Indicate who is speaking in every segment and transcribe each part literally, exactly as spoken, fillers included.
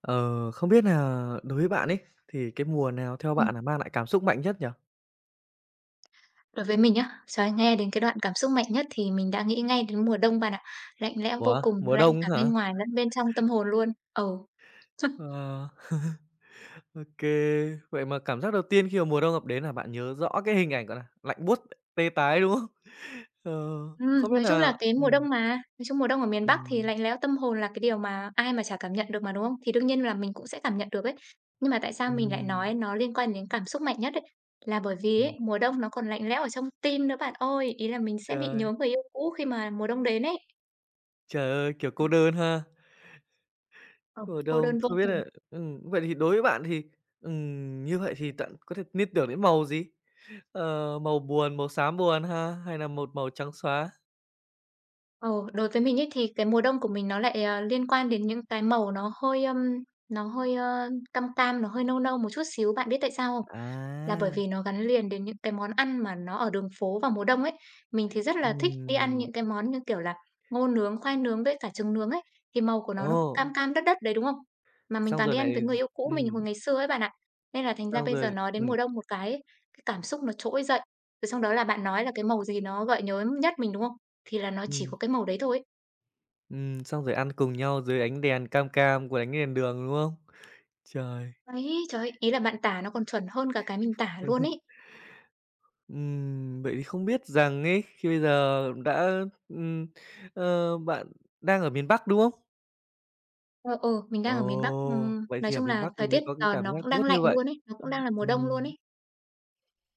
Speaker 1: Ờ, Không biết là đối với bạn ấy, thì cái mùa nào theo
Speaker 2: Ừm,
Speaker 1: bạn là mang lại cảm xúc mạnh nhất nhỉ?
Speaker 2: đối với mình nhá, trời, nghe đến cái đoạn cảm xúc mạnh nhất thì mình đã nghĩ ngay đến mùa đông bạn ạ. Lạnh lẽo vô
Speaker 1: Ủa,
Speaker 2: cùng,
Speaker 1: mùa
Speaker 2: lạnh
Speaker 1: đông
Speaker 2: cả
Speaker 1: hả?
Speaker 2: bên ngoài lẫn bên trong tâm hồn luôn. Ồ.
Speaker 1: Ờ. Ô, vậy mà cảm giác đầu tiên khi mà mùa đông ập đến là bạn nhớ rõ cái hình ảnh, gọi nà, lạnh buốt, tê tái, đúng không? Ờ,
Speaker 2: Ừ.
Speaker 1: Không biết
Speaker 2: nói chung là
Speaker 1: là
Speaker 2: cái mùa
Speaker 1: ừm,
Speaker 2: đông mà, nói chung mùa đông ở miền Bắc thì
Speaker 1: ừm,
Speaker 2: lạnh lẽo tâm hồn là cái điều mà ai mà chả cảm nhận được mà, đúng không? Thì đương nhiên là mình cũng sẽ cảm nhận được ấy. Nhưng mà tại sao mình lại
Speaker 1: ừm,
Speaker 2: nói nó liên quan đến cảm xúc mạnh nhất ấy, là bởi vì
Speaker 1: ừm,
Speaker 2: ấy, mùa đông nó còn lạnh lẽo ở trong tim nữa bạn ơi. Ý là mình sẽ bị
Speaker 1: trời,
Speaker 2: nhớ người yêu cũ khi mà mùa đông đến ấy.
Speaker 1: trời ơi, kiểu, cô
Speaker 2: Ừm,
Speaker 1: đơn ha?
Speaker 2: ờ,
Speaker 1: Mùa
Speaker 2: cô
Speaker 1: đông,
Speaker 2: đơn vô
Speaker 1: không biết
Speaker 2: cùng.
Speaker 1: là ừm, vậy thì đối với bạn thì ừm, như vậy thì bạn có thể liên tưởng đến màu gì? Ờ, Màu buồn, màu xám buồn ha? Hay là một màu trắng xóa?
Speaker 2: Ồ, đối với mình ấy thì cái mùa đông của mình nó lại, ờ, liên quan đến những cái màu nó hơi, ưm, nó hơi, ơ, cam cam, nó hơi nâu nâu một chút xíu, bạn biết tại sao không? Là bởi
Speaker 1: À.
Speaker 2: vì nó gắn liền đến những cái món ăn mà nó ở đường phố vào mùa đông ấy. Mình thì rất là thích đi ăn
Speaker 1: Ừm,
Speaker 2: những cái món như kiểu là ngô nướng, khoai nướng với cả trứng nướng ấy, thì màu của nó
Speaker 1: ồ,
Speaker 2: nó cam cam, đất đất đấy, đúng không? Mà mình
Speaker 1: xong
Speaker 2: toàn
Speaker 1: rồi
Speaker 2: đi ăn với
Speaker 1: này d
Speaker 2: người yêu cũ mình
Speaker 1: ừm,
Speaker 2: hồi ngày xưa ấy bạn ạ. Nên là thành ra
Speaker 1: xong
Speaker 2: bây giờ
Speaker 1: rồi
Speaker 2: nói đến
Speaker 1: ừm,
Speaker 2: mùa đông một cái, ấy, cái cảm xúc nó trỗi dậy. Rồi xong đó là bạn nói là cái màu gì nó gợi nhớ nhất mình, đúng không? Thì là nó chỉ
Speaker 1: ừm,
Speaker 2: có cái màu đấy thôi ấy.
Speaker 1: ừm, xong rồi ăn cùng nhau dưới ánh đèn cam cam của ánh đèn đường, đúng không? Trời!
Speaker 2: Ấy, trời ơi, ý là bạn tả nó còn chuẩn hơn cả cái mình tả luôn ấy.
Speaker 1: Ừm, vậy thì không biết rằng ấy, khi bây giờ đã ừm, ờ, bạn đang ở miền Bắc, đúng không?
Speaker 2: Ờ, ừ, mình đang ở miền Bắc,
Speaker 1: Ồ,
Speaker 2: ừm,
Speaker 1: vậy
Speaker 2: nói
Speaker 1: thì ở
Speaker 2: chung
Speaker 1: miền
Speaker 2: là
Speaker 1: Bắc thì
Speaker 2: thời
Speaker 1: mới
Speaker 2: tiết
Speaker 1: có cái
Speaker 2: giờ
Speaker 1: cảm
Speaker 2: nó
Speaker 1: giác
Speaker 2: cũng đang
Speaker 1: buốt
Speaker 2: lạnh
Speaker 1: như vậy.
Speaker 2: luôn ấy, nó cũng
Speaker 1: Ừm,
Speaker 2: đang là mùa đông luôn
Speaker 1: ừm.
Speaker 2: ấy.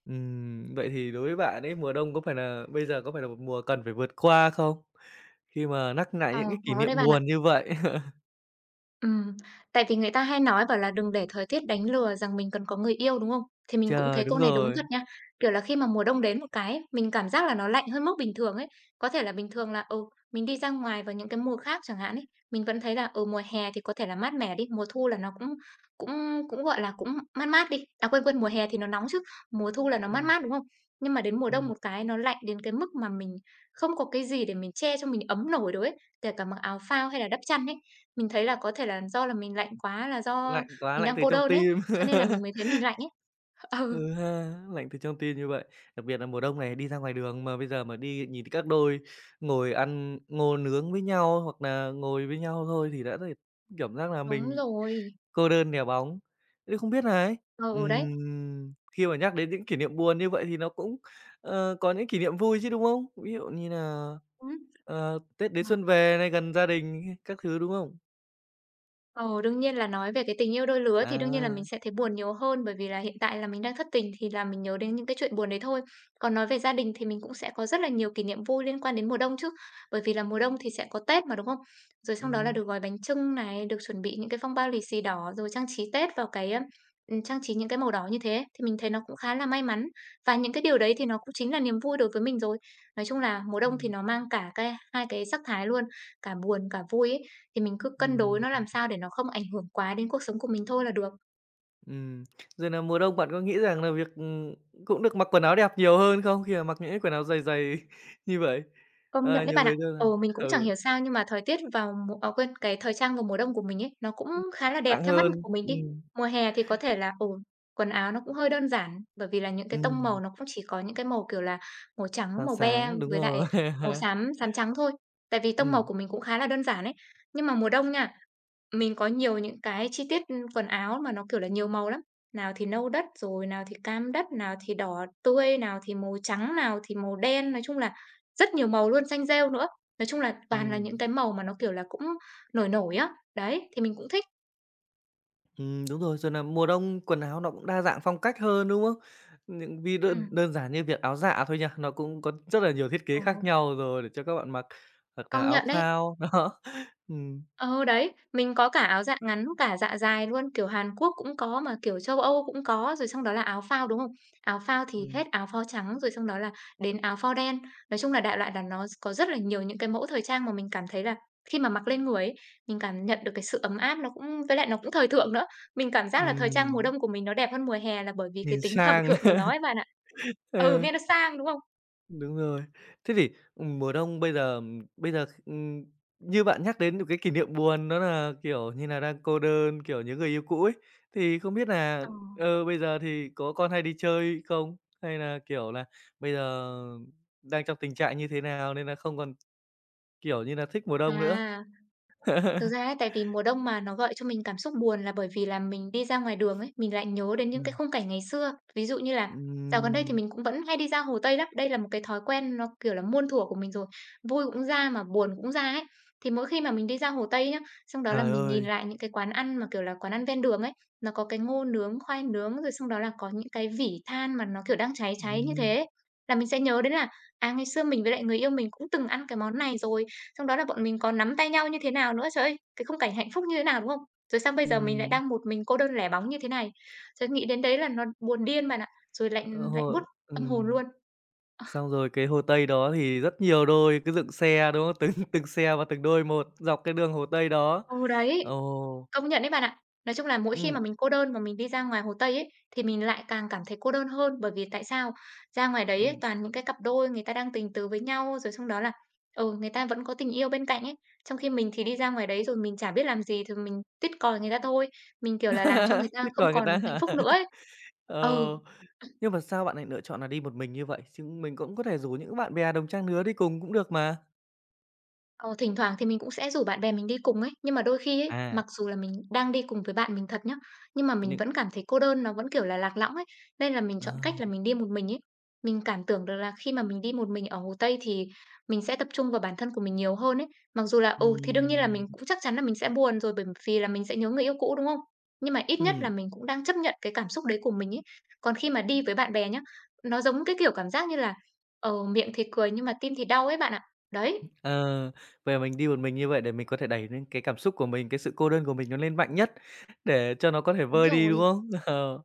Speaker 1: Ừm, vậy thì đối với bạn ấy, mùa đông có phải là bây giờ có phải là một mùa cần phải vượt qua không? Khi mà nhắc lại
Speaker 2: Ờ,
Speaker 1: những cái kỷ
Speaker 2: có đấy
Speaker 1: niệm
Speaker 2: bạn ạ.
Speaker 1: buồn như vậy.
Speaker 2: Ừm, tại vì người ta hay nói bảo là "Đừng để thời tiết đánh lừa rằng mình cần có người yêu", đúng không? Thì mình cũng
Speaker 1: Trời,
Speaker 2: thấy
Speaker 1: đúng
Speaker 2: câu này đúng
Speaker 1: rồi.
Speaker 2: thật nha. Kiểu là, khi mà mùa đông đến một cái ấy, mình cảm giác là nó lạnh hơn mức bình thường ấy. Có thể là bình thường là, ừ, mình đi ra ngoài vào những cái mùa khác chẳng hạn ấy, mình vẫn thấy là, ừ, mùa hè thì có thể là mát mẻ đi, mùa thu là nó cũng cũng cũng, gọi là, cũng mát mát đi. À, quên, quên, mùa hè thì nó nóng chứ, mùa thu là nó mát
Speaker 1: Ừm,
Speaker 2: mát, đúng không? Nhưng mà đến mùa đông
Speaker 1: ừm,
Speaker 2: một cái nó lạnh đến cái mức mà mình không có cái gì để mình che cho mình ấm nổi được ấy, kể cả mặc áo phao hay là đắp chăn ấy. Mình thấy là có thể là do là mình lạnh quá, là do
Speaker 1: Lạnh quá,
Speaker 2: mình
Speaker 1: lạnh
Speaker 2: đang
Speaker 1: từ
Speaker 2: cô
Speaker 1: trong
Speaker 2: đơn ấy,
Speaker 1: tim.
Speaker 2: cho nên là mình mới thấy mình lạnh ấy. Ừ,
Speaker 1: Ừ ha, lạnh từ trong tim như vậy. Đặc biệt là mùa đông này đi ra ngoài đường mà bây giờ mà đi nhìn thấy các đôi ngồi ăn ngô nướng với nhau, hoặc là ngồi với nhau thôi thì đã thấy cảm giác là
Speaker 2: đúng
Speaker 1: mình
Speaker 2: rồi.
Speaker 1: cô đơn nhà bóng, thế không biết này.
Speaker 2: Ừ, ừ, đấy.
Speaker 1: Ừm, khi mà nhắc đến những kỷ niệm buồn như vậy thì nó cũng, ờ, có những kỷ niệm vui chứ, đúng không? Ví dụ như là,
Speaker 2: Ừm.
Speaker 1: ờ, Tết đến xuân về này, gần gia đình các thứ, đúng không?
Speaker 2: Ờ, đương nhiên là nói về cái tình yêu đôi lứa thì đương nhiên là mình
Speaker 1: À.
Speaker 2: sẽ thấy buồn nhiều hơn, bởi vì là hiện tại là mình đang thất tình thì là mình nhớ đến những cái chuyện buồn đấy thôi. Còn nói về gia đình thì mình cũng sẽ có rất là nhiều kỷ niệm vui liên quan đến mùa đông chứ, bởi vì là mùa đông thì sẽ có Tết mà, đúng không? Rồi xong đó là
Speaker 1: Ừm,
Speaker 2: được gói bánh chưng này, được chuẩn bị những cái phong bao lì xì đỏ, rồi trang trí Tết vào cái, ừm, trang trí những cái màu đỏ như thế, thì mình thấy nó cũng khá là may mắn. Và những cái điều đấy thì nó cũng chính là niềm vui đối với mình rồi. Nói chung là mùa đông thì
Speaker 1: ừm,
Speaker 2: nó mang cả cái hai cái sắc thái luôn, cả buồn, cả vui ấy thì mình cứ cân đối nó
Speaker 1: ừm,
Speaker 2: làm sao để nó không ảnh hưởng quá đến cuộc sống của mình thôi là được.
Speaker 1: ừm. Rồi nà mùa đông bạn có nghĩ rằng là việc, ừm, cũng được mặc quần áo đẹp nhiều hơn không? Khi mà mặc những cái quần áo dày dày như vậy,
Speaker 2: Công nhận
Speaker 1: ờ,
Speaker 2: đấy
Speaker 1: nhiều
Speaker 2: bạn
Speaker 1: người
Speaker 2: ạ.
Speaker 1: cho là
Speaker 2: Ồ mình cũng chẳng hiểu
Speaker 1: ừ,
Speaker 2: sao nhưng mà thời tiết vào mùa à, quên, cái thời trang vào mùa đông của mình ấy, nó cũng khá là đẹp
Speaker 1: thoáng
Speaker 2: theo mắt
Speaker 1: hơn.
Speaker 2: của mình đi.
Speaker 1: Ừm,
Speaker 2: Mùa hè thì có thể là, ồ quần áo nó cũng hơi đơn giản, bởi vì là những cái tông màu
Speaker 1: ừm,
Speaker 2: nó cũng chỉ có những cái màu, kiểu là, màu trắng,
Speaker 1: Sáng
Speaker 2: màu be
Speaker 1: sáng, đúng
Speaker 2: với lại
Speaker 1: rồi.
Speaker 2: màu xám, xám trắng thôi. Tại vì tông màu
Speaker 1: Ừm,
Speaker 2: của mình cũng khá là đơn giản ấy. Nhưng mà mùa đông nha, mình có nhiều những cái chi tiết, quần áo mà nó, kiểu là, nhiều màu lắm. Nào thì nâu đất, rồi nào thì cam đất, nào thì đỏ tươi, nào thì màu trắng, nào thì màu đen. Nói chung là rất nhiều màu luôn, xanh rêu nữa. Nói chung là toàn là những
Speaker 1: ừm.
Speaker 2: cái màu mà nó, kiểu là, cũng nổi nổi á. Đấy, thì mình cũng thích.
Speaker 1: Ừm, đúng rồi, rồi là mùa đông quần áo nó cũng đa dạng phong cách hơn, đúng không? Những vì đơn
Speaker 2: Ừm,
Speaker 1: đơn giản như việc áo dạ thôi nha, nó cũng có rất là nhiều thiết kế
Speaker 2: ờ,
Speaker 1: khác nhau rồi để cho các bạn mặc, hoặc là
Speaker 2: công
Speaker 1: áo
Speaker 2: nhận đấy.
Speaker 1: phao, đó. Ừm,
Speaker 2: Ờ, đấy, mình có cả áo dạ ngắn, cả dạ dài luôn, kiểu, Hàn Quốc cũng có mà kiểu châu Âu cũng có, rồi xong đó là áo phao, đúng không? Áo phao thì
Speaker 1: ừm,
Speaker 2: hết áo phao trắng, rồi xong đó là đến áo phao đen. Nói chung là đại loại là nó có rất là nhiều những cái mẫu thời trang mà mình cảm thấy là khi mà mặc lên người ấy, mình cảm nhận được cái sự ấm áp, nó cũng với lại nó cũng thời thượng nữa. Mình cảm giác là thời trang mùa
Speaker 1: ừm,
Speaker 2: đông của mình nó đẹp hơn mùa hè là bởi vì cái
Speaker 1: Nhìn
Speaker 2: tính thời
Speaker 1: sang.
Speaker 2: thượng của nó ấy bạn ạ. Ừ,
Speaker 1: Ờ.
Speaker 2: nghe nó sang, đúng không?
Speaker 1: Đúng rồi. Thế thì, ừm, mùa đông bây giờ bây giờ, ừm, như bạn nhắc đến một cái kỷ niệm buồn đó là, kiểu như là, đang cô đơn, kiểu, nhớ người yêu cũ ấy, thì không biết là
Speaker 2: Ờ,
Speaker 1: ờ, bây giờ thì có con hay đi chơi không? Hay là, kiểu là, bây giờ đang trong tình trạng như thế nào nên là không còn, kiểu như là, thích mùa đông nữa?
Speaker 2: à. Thực ra ấy, tại vì mùa đông mà nó gợi cho mình cảm xúc buồn là bởi vì là mình đi ra ngoài đường ấy, mình lại nhớ đến những cái
Speaker 1: Ừm,
Speaker 2: khung cảnh ngày xưa. Ví dụ như là dạo gần đây thì
Speaker 1: ừm.
Speaker 2: mình cũng vẫn hay đi ra Hồ Tây lắm. Đây là một cái thói quen nó, kiểu là, muôn thuở của mình rồi, vui cũng ra mà buồn cũng ra ấy. Thì mỗi khi mà mình đi ra Hồ Tây nhá, xong đó là
Speaker 1: Trời
Speaker 2: mình nhìn
Speaker 1: ơi!
Speaker 2: lại những cái quán ăn mà, kiểu là, quán ăn ven đường ấy, nó có cái ngô nướng, khoai nướng, rồi xong đó là có những cái vỉ than mà nó, kiểu, đang cháy cháy như thế
Speaker 1: Ừm,
Speaker 2: ấy, là mình sẽ nhớ đến là, à, ngày xưa mình với lại người yêu mình cũng từng ăn cái món này rồi. Xong đó là bọn mình còn nắm tay nhau như thế nào nữa. Trời ơi, cái khung cảnh hạnh phúc như thế nào, đúng không? Rồi xong bây giờ mình lại
Speaker 1: Ừm,
Speaker 2: đang một mình cô đơn lẻ bóng như thế này. Trời, nghĩ đến đấy là nó buồn điên bạn ạ, rồi
Speaker 1: ờ,
Speaker 2: lạnh lạnh buốt
Speaker 1: hồi
Speaker 2: tâm hồn
Speaker 1: ừm.
Speaker 2: luôn.
Speaker 1: Xong rồi cái Hồ Tây đó thì rất nhiều đôi cứ dựng xe, đúng không? Từng từng xe và từng đôi một dọc cái đường Hồ Tây đó.
Speaker 2: Ừ, đấy.
Speaker 1: Ồ,
Speaker 2: Công nhận đấy bạn ạ. Nói chung là mỗi khi mà
Speaker 1: ừm,
Speaker 2: mình cô đơn mà mình đi ra ngoài Hồ Tây ấy, thì mình lại càng cảm thấy cô đơn hơn, bởi vì tại sao? Ra ngoài đấy ấy,
Speaker 1: ừm.
Speaker 2: toàn những cái cặp đôi người ta đang tình tứ với nhau, rồi xong đó là, ừ, người ta vẫn có tình yêu bên cạnh ấy. Trong khi mình thì đi ra ngoài đấy rồi mình chả biết làm gì, thì mình tuýt còi người ta thôi, mình, kiểu là, làm cho người ta
Speaker 1: Biết
Speaker 2: không
Speaker 1: cười người
Speaker 2: còn
Speaker 1: ta
Speaker 2: hạnh
Speaker 1: hả?
Speaker 2: phúc nữa ấy. Ừ.
Speaker 1: Ờ, nhưng mà sao bạn lại lựa chọn là đi một mình như vậy? Chứ mình cũng có thể rủ những bạn bè đồng trang lứa đi cùng cũng được mà.
Speaker 2: Ờ, thỉnh thoảng thì mình cũng sẽ rủ bạn bè mình đi cùng ấy, nhưng mà đôi khi ấy,
Speaker 1: À,
Speaker 2: mặc dù là mình đang đi cùng với bạn mình thật nhá, nhưng mà mình
Speaker 1: những
Speaker 2: vẫn cảm thấy cô đơn, nó vẫn, kiểu là, lạc lõng ấy, nên là mình chọn
Speaker 1: ờ,
Speaker 2: cách là mình đi một mình ấy. Mình cảm tưởng được là khi mà mình đi một mình ở Hồ Tây thì mình sẽ tập trung vào bản thân của mình nhiều hơn ấy. Mặc dù là, ừ, thì đương nhiên là
Speaker 1: ừm,
Speaker 2: mình cũng chắc chắn là mình sẽ buồn rồi bởi vì là mình sẽ nhớ người yêu cũ, đúng không? Nhưng mà ít nhất là
Speaker 1: ừm.
Speaker 2: mình cũng đang chấp nhận cái cảm xúc đấy của mình ấy. Còn khi mà đi với bạn bè nhá, nó giống cái kiểu cảm giác như là, ờ, miệng thì cười nhưng mà tim thì đau ấy bạn ạ. Đấy,
Speaker 1: Ờ, Về mình đi một mình như vậy để mình có thể đẩy lên cái cảm xúc của mình, cái sự cô đơn của mình nó lên mạnh nhất để cho nó có thể
Speaker 2: đúng
Speaker 1: vơi đi, đúng
Speaker 2: rồi.
Speaker 1: không? Ờ.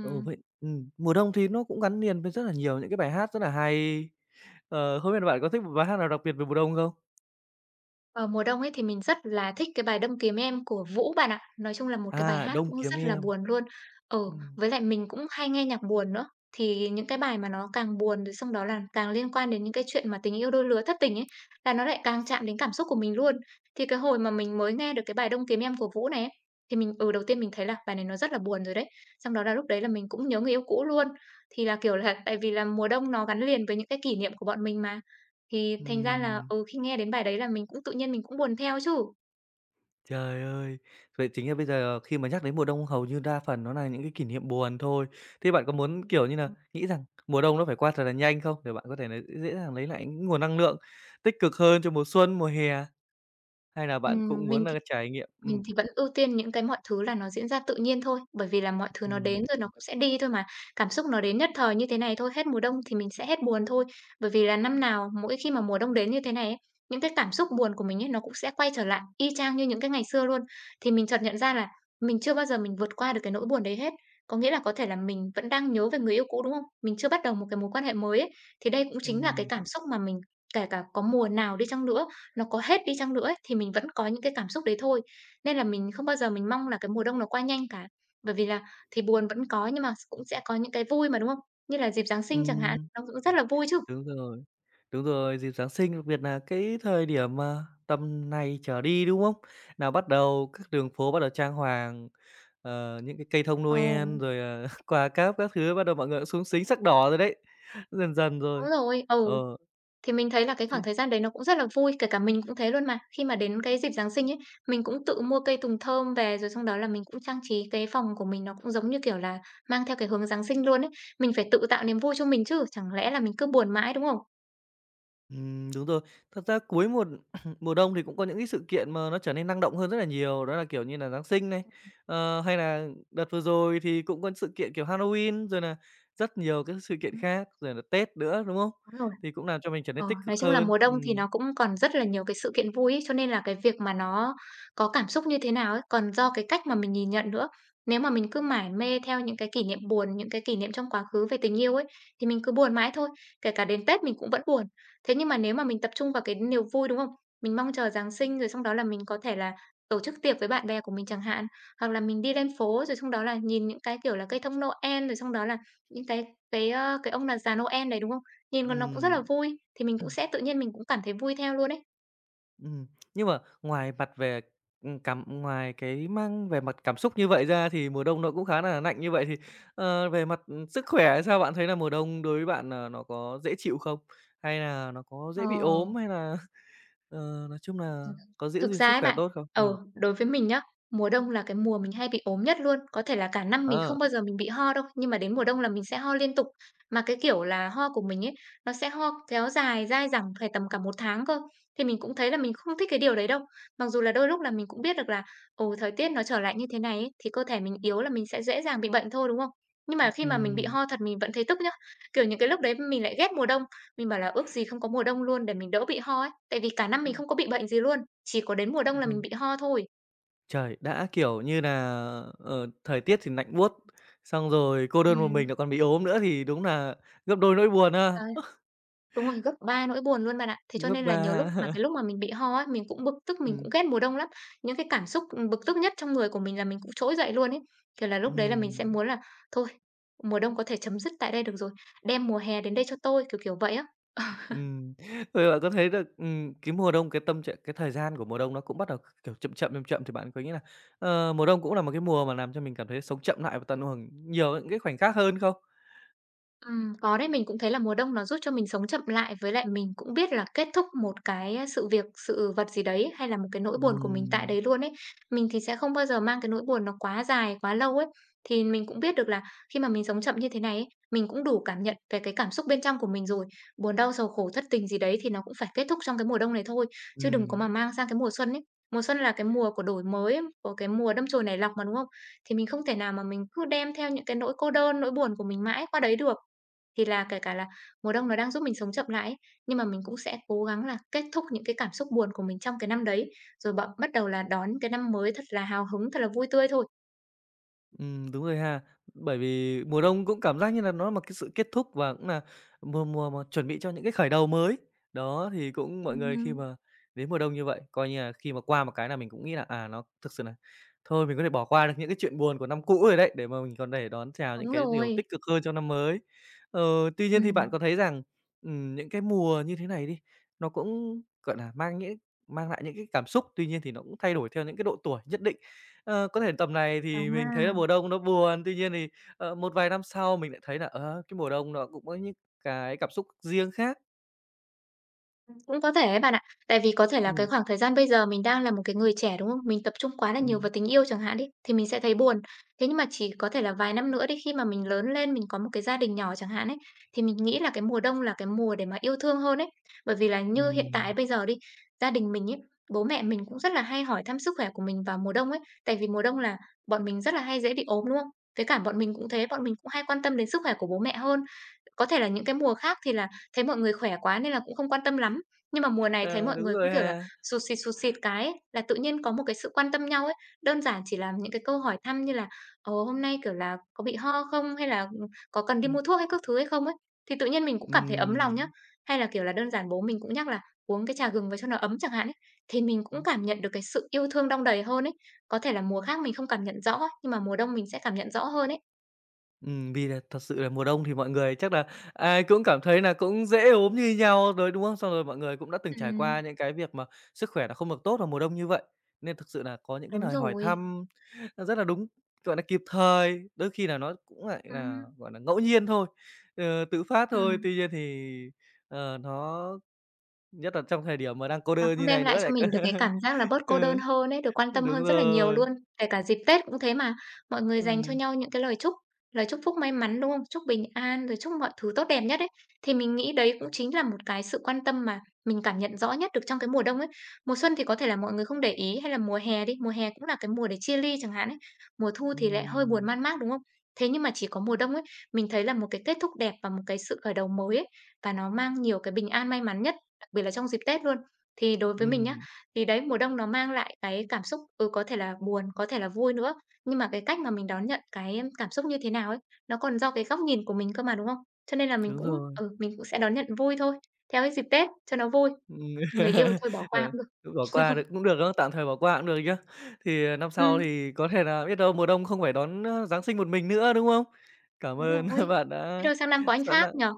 Speaker 1: Ừ, vậy ừm, mùa đông thì nó cũng gắn liền với rất là nhiều những cái bài hát rất là hay. Ờ, không biết là bạn có thích một bài hát nào đặc biệt về mùa đông không?
Speaker 2: vào mùa đông ấy thì mình rất là thích cái bài "Đâm Kiếm Em" của Vũ bạn ạ. Nói chung là một cái bài
Speaker 1: À,
Speaker 2: hát
Speaker 1: "Đông
Speaker 2: cũng
Speaker 1: Kiếm
Speaker 2: rất là
Speaker 1: Em".
Speaker 2: buồn luôn. Ừ,
Speaker 1: Ừm,
Speaker 2: với lại mình cũng hay nghe nhạc buồn nữa, thì những cái bài mà nó càng buồn rồi xong đó là càng liên quan đến những cái chuyện mà tình yêu đôi lứa thất tình ấy, là nó lại càng chạm đến cảm xúc của mình luôn. Thì cái hồi mà mình mới nghe được cái bài "Đâm Kiếm Em" của Vũ này ấy, thì mình ừ, đầu tiên mình thấy là bài này nó rất là buồn rồi đấy. Xong đó là lúc đấy là mình cũng nhớ người yêu cũ luôn. Thì là, kiểu là, tại vì là mùa đông nó gắn liền với những cái kỷ niệm của bọn mình mà. Thì thành ra là,
Speaker 1: ừm.
Speaker 2: ừ, khi nghe đến bài đấy là mình cũng tự nhiên mình cũng buồn theo chứ.
Speaker 1: Trời ơi! Vậy chính là bây giờ khi mà nhắc đến mùa đông hầu như đa phần nó là những cái kỷ niệm buồn thôi. Thế bạn có muốn, kiểu như là nghĩ rằng mùa đông nó phải qua thật là nhanh không? Để bạn có thể là dễ dàng lấy lại những nguồn năng lượng tích cực hơn cho mùa xuân, mùa hè? Hay là bạn cũng
Speaker 2: Ừm, mình
Speaker 1: muốn là trải nghiệm
Speaker 2: Mình
Speaker 1: ừm,
Speaker 2: thì vẫn ưu tiên những cái mọi thứ là nó diễn ra tự nhiên thôi, bởi vì là mọi thứ nó
Speaker 1: ừm,
Speaker 2: đến rồi nó cũng sẽ đi thôi mà. Cảm xúc nó đến nhất thời như thế này thôi, hết mùa đông thì mình sẽ hết buồn thôi. Bởi vì là năm nào mỗi khi mà mùa đông đến như thế này ấy, những cái cảm xúc buồn của mình ấy nó cũng sẽ quay trở lại y chang như những cái ngày xưa luôn. Thì mình chợt nhận ra là mình chưa bao giờ mình vượt qua được cái nỗi buồn đấy hết. Có nghĩa là có thể là mình vẫn đang nhớ về người yêu cũ, đúng không? Mình chưa bắt đầu một cái mối quan hệ mới ấy. Thì đây cũng chính là cái
Speaker 1: ừm,
Speaker 2: cảm xúc mà mình kể cả có mùa nào đi chăng nữa, nó có hết đi chăng nữa ấy, thì mình vẫn có những cái cảm xúc đấy thôi. Nên là mình không bao giờ mình mong là cái mùa đông nó qua nhanh cả, bởi vì là thì buồn vẫn có nhưng mà cũng sẽ có những cái vui mà, đúng không? Như là dịp Giáng sinh chẳng hạn,
Speaker 1: ừm.
Speaker 2: nó cũng rất là vui chứ.
Speaker 1: Đúng rồi, đúng rồi, dịp Giáng sinh, đặc biệt là cái thời điểm mà tầm này trở đi, đúng không? Nào bắt đầu các đường phố bắt đầu trang hoàng, ờ, những cái cây thông
Speaker 2: Ồ,
Speaker 1: Noel rồi, ờ, quà cáp các thứ, bắt đầu mọi người cũng xúng xính sắc đỏ rồi đấy, dần dần rồi.
Speaker 2: đúng rồi, ừ,
Speaker 1: Ờ,
Speaker 2: thì mình thấy là cái khoảng
Speaker 1: Thế
Speaker 2: thời gian đấy nó cũng rất là vui, kể cả mình cũng thế luôn mà. Khi mà đến cái dịp Giáng sinh ấy, mình cũng tự mua cây tùng thơm về, rồi xong đó là mình cũng trang trí cái phòng của mình nó cũng giống như, kiểu là, mang theo cái hướng Giáng sinh luôn ấy. Mình phải tự tạo niềm vui cho mình chứ, chẳng lẽ là mình cứ buồn mãi, đúng không?
Speaker 1: Ừm, đúng rồi. Thật ra cuối một mùa đông thì cũng có những cái sự kiện mà nó trở nên năng động hơn rất là nhiều, đó là, kiểu như là, Giáng sinh này, ờ, hay là đợt vừa rồi thì cũng có sự kiện, kiểu, Halloween, rồi là rất nhiều các sự kiện khác, rồi là Tết nữa, đúng không?
Speaker 2: Đúng rồi.
Speaker 1: Thì cũng làm cho mình trở nên
Speaker 2: Ờ,
Speaker 1: tích cực
Speaker 2: nói chung là
Speaker 1: hơn.
Speaker 2: mùa đông thì
Speaker 1: Ừm,
Speaker 2: nó cũng còn rất là nhiều cái sự kiện vui ấy, cho nên là cái việc mà nó có cảm xúc như thế nào ấy, còn do cái cách mà mình nhìn nhận nữa. Nếu mà mình cứ mải mê theo những cái kỷ niệm buồn, những cái kỷ niệm trong quá khứ về tình yêu ấy, thì mình cứ buồn mãi thôi, kể cả đến Tết mình cũng vẫn buồn. Thế nhưng mà nếu mà mình tập trung vào cái niềm vui, đúng không? Mình mong chờ Giáng sinh rồi xong đó là mình có thể là tổ chức tiệc với bạn bè của mình chẳng hạn, hoặc là mình đi lên phố rồi xong đó là nhìn những cái, kiểu là, cây thông Noel, rồi xong đó là những cái cái, ơ, cái ông là già Noel đấy, đúng không? Nhìn còn nó cũng rất là vui, thì mình cũng
Speaker 1: ừm.
Speaker 2: sẽ tự nhiên mình cũng cảm thấy vui theo luôn ấy.
Speaker 1: Ừm, nhưng mà ngoài mặt về, ừm, cảm ngoài cái mang về mặt cảm xúc như vậy ra thì mùa đông nó cũng khá là lạnh như vậy, thì, ờ, về mặt, ừm, sức khỏe sao? Bạn thấy là mùa đông đối với bạn nà nó có dễ chịu không? Hay là nó có
Speaker 2: Ờ.
Speaker 1: dễ bị ốm, hay là, ờ, nói chung là
Speaker 2: Ừm.
Speaker 1: có giữ
Speaker 2: Thực
Speaker 1: gìn
Speaker 2: ra
Speaker 1: sức
Speaker 2: ấy
Speaker 1: khỏe
Speaker 2: bạn,
Speaker 1: tốt không?
Speaker 2: ừ,
Speaker 1: Ừm,
Speaker 2: đối với mình nhá, mùa đông là cái mùa mình hay bị ốm nhất luôn. Có thể là cả năm mình
Speaker 1: ờ,
Speaker 2: không bao giờ mình bị ho đâu, nhưng mà đến mùa đông là mình sẽ ho liên tục. Mà cái kiểu là ho của mình ấy, nó sẽ ho kéo dài, dai dẳng phải tầm cả một tháng cơ. Thì mình cũng thấy là mình không thích cái điều đấy đâu. Mặc dù là đôi lúc là mình cũng biết được là, ồ thời tiết nó trở lại như thế này ấy, thì cơ thể mình yếu là mình sẽ dễ dàng bị bệnh thôi, đúng không? Nhưng mà khi mà mình bị
Speaker 1: ừm,
Speaker 2: ho thật mình vẫn thấy tức nhá. Kiểu, những cái lúc đấy mình lại ghét mùa đông, mình bảo là ước gì không có mùa đông luôn để mình đỡ bị ho ấy, tại vì cả năm mình không có bị bệnh gì luôn, chỉ có đến mùa đông là mình
Speaker 1: ừm.
Speaker 2: bị ho thôi.
Speaker 1: Trời, đã, kiểu như là ờ, thời tiết thì lạnh buốt, xong rồi cô đơn một mình
Speaker 2: Ừm.
Speaker 1: lại còn bị ốm nữa thì đúng là gấp đôi nỗi buồn ha,
Speaker 2: Trời, đúng rồi, gấp ba nỗi buồn luôn bạn ạ. Thế cho
Speaker 1: gấp
Speaker 2: nên là
Speaker 1: ba
Speaker 2: nhiều lúc mà cái lúc mà mình bị ho ấy, mình cũng bực tức, mình
Speaker 1: Ừm,
Speaker 2: cũng ghét mùa đông lắm. Những cái cảm xúc, bực tức nhất trong người của mình là mình cũng trỗi dậy luôn ấy. Kiểu là, lúc đấy là mình sẽ
Speaker 1: ừm.
Speaker 2: muốn là "Thôi, mùa đông có thể chấm dứt tại đây được rồi, đem mùa hè đến đây cho tôi", kiểu, kiểu vậy á.
Speaker 1: Ừm, Vậy bạn có thấy được, ừm, cái mùa đông, cái tâm trạng cái thời gian của mùa đông nó cũng bắt đầu, kiểu, chậm chậm, chậm chậm thì bạn có nghĩ là, ờ, mùa đông cũng là một cái mùa mà làm cho mình cảm thấy sống chậm lại và tận hưởng nhiều những cái khoảnh khắc hơn không?
Speaker 2: Ừm, có đấy, mình cũng thấy là mùa đông nó giúp cho mình sống chậm lại, với lại mình cũng biết là kết thúc một cái, sự việc, sự vật gì đấy, hay là một cái nỗi buồn của mình tại
Speaker 1: Ừm,
Speaker 2: đấy luôn ấy. Mình thì sẽ không bao giờ mang cái nỗi buồn nó quá dài, quá lâu ấy. Thì mình cũng biết được là khi mà mình sống chậm như thế này ấy, mình cũng đủ cảm nhận về cái cảm xúc bên trong của mình rồi. Buồn đau, sầu khổ, thất tình gì đấy thì nó cũng phải kết thúc trong cái mùa đông này thôi, chứ đừng có mà
Speaker 1: ừm.
Speaker 2: mang sang cái mùa xuân ấy. Mùa xuân là cái mùa của đổi mới, của cái mùa đâm chồi nảy lọc mà, đúng không? Thì mình không thể nào mà mình cứ đem theo những cái nỗi cô đơn, nỗi buồn của mình mãi qua đấy được. Thì là kể cả là mùa đông nó đang giúp mình sống chậm lại ấy, nhưng mà mình cũng sẽ cố gắng là kết thúc những cái cảm xúc buồn của mình trong cái năm đấy, rồi bậm bắt đầu là đón cái năm mới thật là hào hứng, thật là vui tươi thôi.
Speaker 1: Ừm, đúng rồi ha. Bởi vì mùa đông cũng cảm giác như là nó là một cái sự kết thúc và cũng là mùa mùa mà chuẩn bị cho những cái khởi đầu mới. Đó, thì cũng mọi người khi
Speaker 2: Ừm.
Speaker 1: mà đến mùa đông như vậy, coi như là khi mà qua một cái là mình cũng nghĩ là, à, nó thực sự là thôi mình có thể bỏ qua được những cái chuyện buồn của năm cũ rồi đấy, để mà mình còn để đón chào những
Speaker 2: Đúng
Speaker 1: cái điều
Speaker 2: rồi.
Speaker 1: tích cực hơn trong năm mới. Ờ, Tuy nhiên thì bạn
Speaker 2: Ừm.
Speaker 1: có thấy rằng, ừm, những cái mùa như thế này đi, nó cũng, gọi là, mang những mang lại những cái cảm xúc, tuy nhiên thì nó cũng thay đổi theo những cái độ tuổi nhất định. Ờ, có thể tầm này thì mình thấy là
Speaker 2: À.
Speaker 1: mùa đông nó buồn, tuy nhiên thì, ờ, một vài năm sau mình lại thấy là, ờ, cái mùa đông nó cũng có những cái cảm xúc riêng khác.
Speaker 2: Cũng có thể ấy bạn ạ. Tại vì có thể là cái
Speaker 1: Ừm,
Speaker 2: khoảng thời gian bây giờ mình đang là một cái người trẻ, đúng không? Mình tập trung quá là nhiều vào
Speaker 1: ừm,
Speaker 2: tình yêu chẳng hạn đi, thì mình sẽ thấy buồn. Thế nhưng mà chỉ có thể là vài năm nữa đi, khi mà mình lớn lên, mình có một cái gia đình nhỏ chẳng hạn ấy, thì mình nghĩ là cái mùa đông là cái mùa để mà yêu thương hơn ấy. Bởi vì là như hiện
Speaker 1: ừm.
Speaker 2: tại bây giờ đi, gia đình mình ấy, bố mẹ mình cũng rất là hay hỏi thăm sức khỏe của mình vào mùa đông ấy. Tại vì mùa đông là bọn mình rất là hay dễ bị ốm, đúng không? Với cả bọn mình cũng thế, bọn mình cũng hay quan tâm đến sức khỏe của bố mẹ hơn. Có thể là những cái mùa khác thì là thấy mọi người khỏe quá nên là cũng không quan tâm lắm. Nhưng mà mùa này thấy
Speaker 1: Ờ,
Speaker 2: mọi
Speaker 1: Đúng
Speaker 2: người cũng,
Speaker 1: rồi
Speaker 2: kiểu là,
Speaker 1: ha.
Speaker 2: sụt sịt, sụt sịt cái ấy, là tự nhiên có một cái sự quan tâm nhau ấy. Đơn giản chỉ là những cái câu hỏi thăm như là ồ hôm nay, kiểu là, có bị ho không?" hay là ừ, có cần đi
Speaker 1: Ừm.
Speaker 2: mua thuốc hay các thứ hay không?" ấy, thì tự nhiên mình cũng cảm thấy ấm lòng nhá. Hay là, kiểu là, đơn giản bố mình cũng nhắc là uống cái trà gừng vào cho nó ấm chẳng hạn ấy, thì mình cũng
Speaker 1: Ừm.
Speaker 2: cảm nhận được cái sự yêu thương đong đầy hơn ấy. Có thể là mùa khác mình không cảm nhận rõ, nhưng mà mùa đông mình sẽ cảm nhận rõ hơn ấy.
Speaker 1: Ừm, vì là thật sự là mùa đông thì mọi người chắc là ai cũng cảm thấy là cũng dễ ốm như nhau rồi, đúng không? Xong rồi mọi người cũng đã từng trải qua
Speaker 2: Ừm.
Speaker 1: những cái việc mà sức khỏe nó không được tốt vào mùa đông như vậy, nên thực sự là có những cái
Speaker 2: Đúng
Speaker 1: lời hỏi
Speaker 2: rồi.
Speaker 1: thăm nó rất là đúng, gọi là kịp thời, đôi khi là nó cũng lại
Speaker 2: Ừ.
Speaker 1: là gọi là ngẫu nhiên thôi, ờ, tự phát
Speaker 2: Ừ.
Speaker 1: thôi. Tuy nhiên thì, ờ, nó nhất là trong thời điểm mà đang cô
Speaker 2: Nó
Speaker 1: đơn
Speaker 2: cũng
Speaker 1: như
Speaker 2: đem
Speaker 1: này
Speaker 2: lại
Speaker 1: nữa lại
Speaker 2: cho mình được cái cảm
Speaker 1: c
Speaker 2: giác là bớt cô
Speaker 1: ừ,
Speaker 2: đơn hơn ấy, được quan tâm
Speaker 1: đúng
Speaker 2: hơn rất là nhiều
Speaker 1: rồi,
Speaker 2: luôn. Kể cả dịp Tết cũng thế mà, mọi người dành cho
Speaker 1: ừm,
Speaker 2: nhau những cái lời chúc, lời chúc phúc may mắn, đúng không? Chúc bình an, rồi chúc mọi thứ tốt đẹp nhất ấy. Thì mình nghĩ đấy cũng chính là một cái sự quan tâm mà mình cảm nhận rõ nhất được trong cái mùa đông ấy. Mùa xuân thì có thể là mọi người không để ý hay là mùa hè đi, mùa hè cũng là cái mùa để chia ly chẳng hạn ấy. Mùa thu thì lại hơi buồn
Speaker 1: ừm,
Speaker 2: man mác, đúng không? Thế nhưng mà chỉ có mùa đông ấy, mình thấy là một cái kết thúc đẹp và một cái sự khởi đầu mới ấy, và nó mang nhiều cái bình an may mắn nhất, đặc biệt là trong dịp Tết luôn. Thì đối với mình nhá,
Speaker 1: ừm,
Speaker 2: thì đấy, mùa đông nó mang lại cái cảm xúc, ừ, có thể là buồn, có thể là vui nữa, nhưng mà cái cách mà mình đón nhận cái cảm xúc như thế nào ấy, nó còn do cái góc nhìn của mình cơ mà, đúng không? Cho nên là mình
Speaker 1: đúng
Speaker 2: cũng
Speaker 1: rồi.
Speaker 2: ừ, mình cũng sẽ đón nhận vui thôi, theo cái dịp Tết cho nó vui,
Speaker 1: Ừm,
Speaker 2: người yêu thôi bỏ qua
Speaker 1: ờ,
Speaker 2: cũng được.
Speaker 1: cứ bỏ qua được cũng được, đó. Tạm thời bỏ qua cũng được chứ. Thì, ờ, năm sau
Speaker 2: Ừm,
Speaker 1: thì có thể là biết đâu mùa đông không phải đón, ơ, Giáng sinh một mình nữa, đúng không? Cảm
Speaker 2: đúng rồi.
Speaker 1: ơn bạn
Speaker 2: Biết
Speaker 1: đã
Speaker 2: đâu sang năm có anh
Speaker 1: sẵn
Speaker 2: khác
Speaker 1: lòng
Speaker 2: nhở?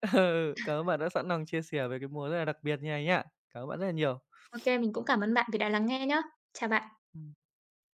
Speaker 1: ừ, cảm ơn bạn đã sẵn lòng chia sẻ về cái mùa rất là đặc biệt như này nhá. Cảm ơn bạn rất là nhiều.
Speaker 2: Ok mình cũng cảm ơn bạn vì đã lắng nghe nhá. Chào bạn.
Speaker 1: Ừm.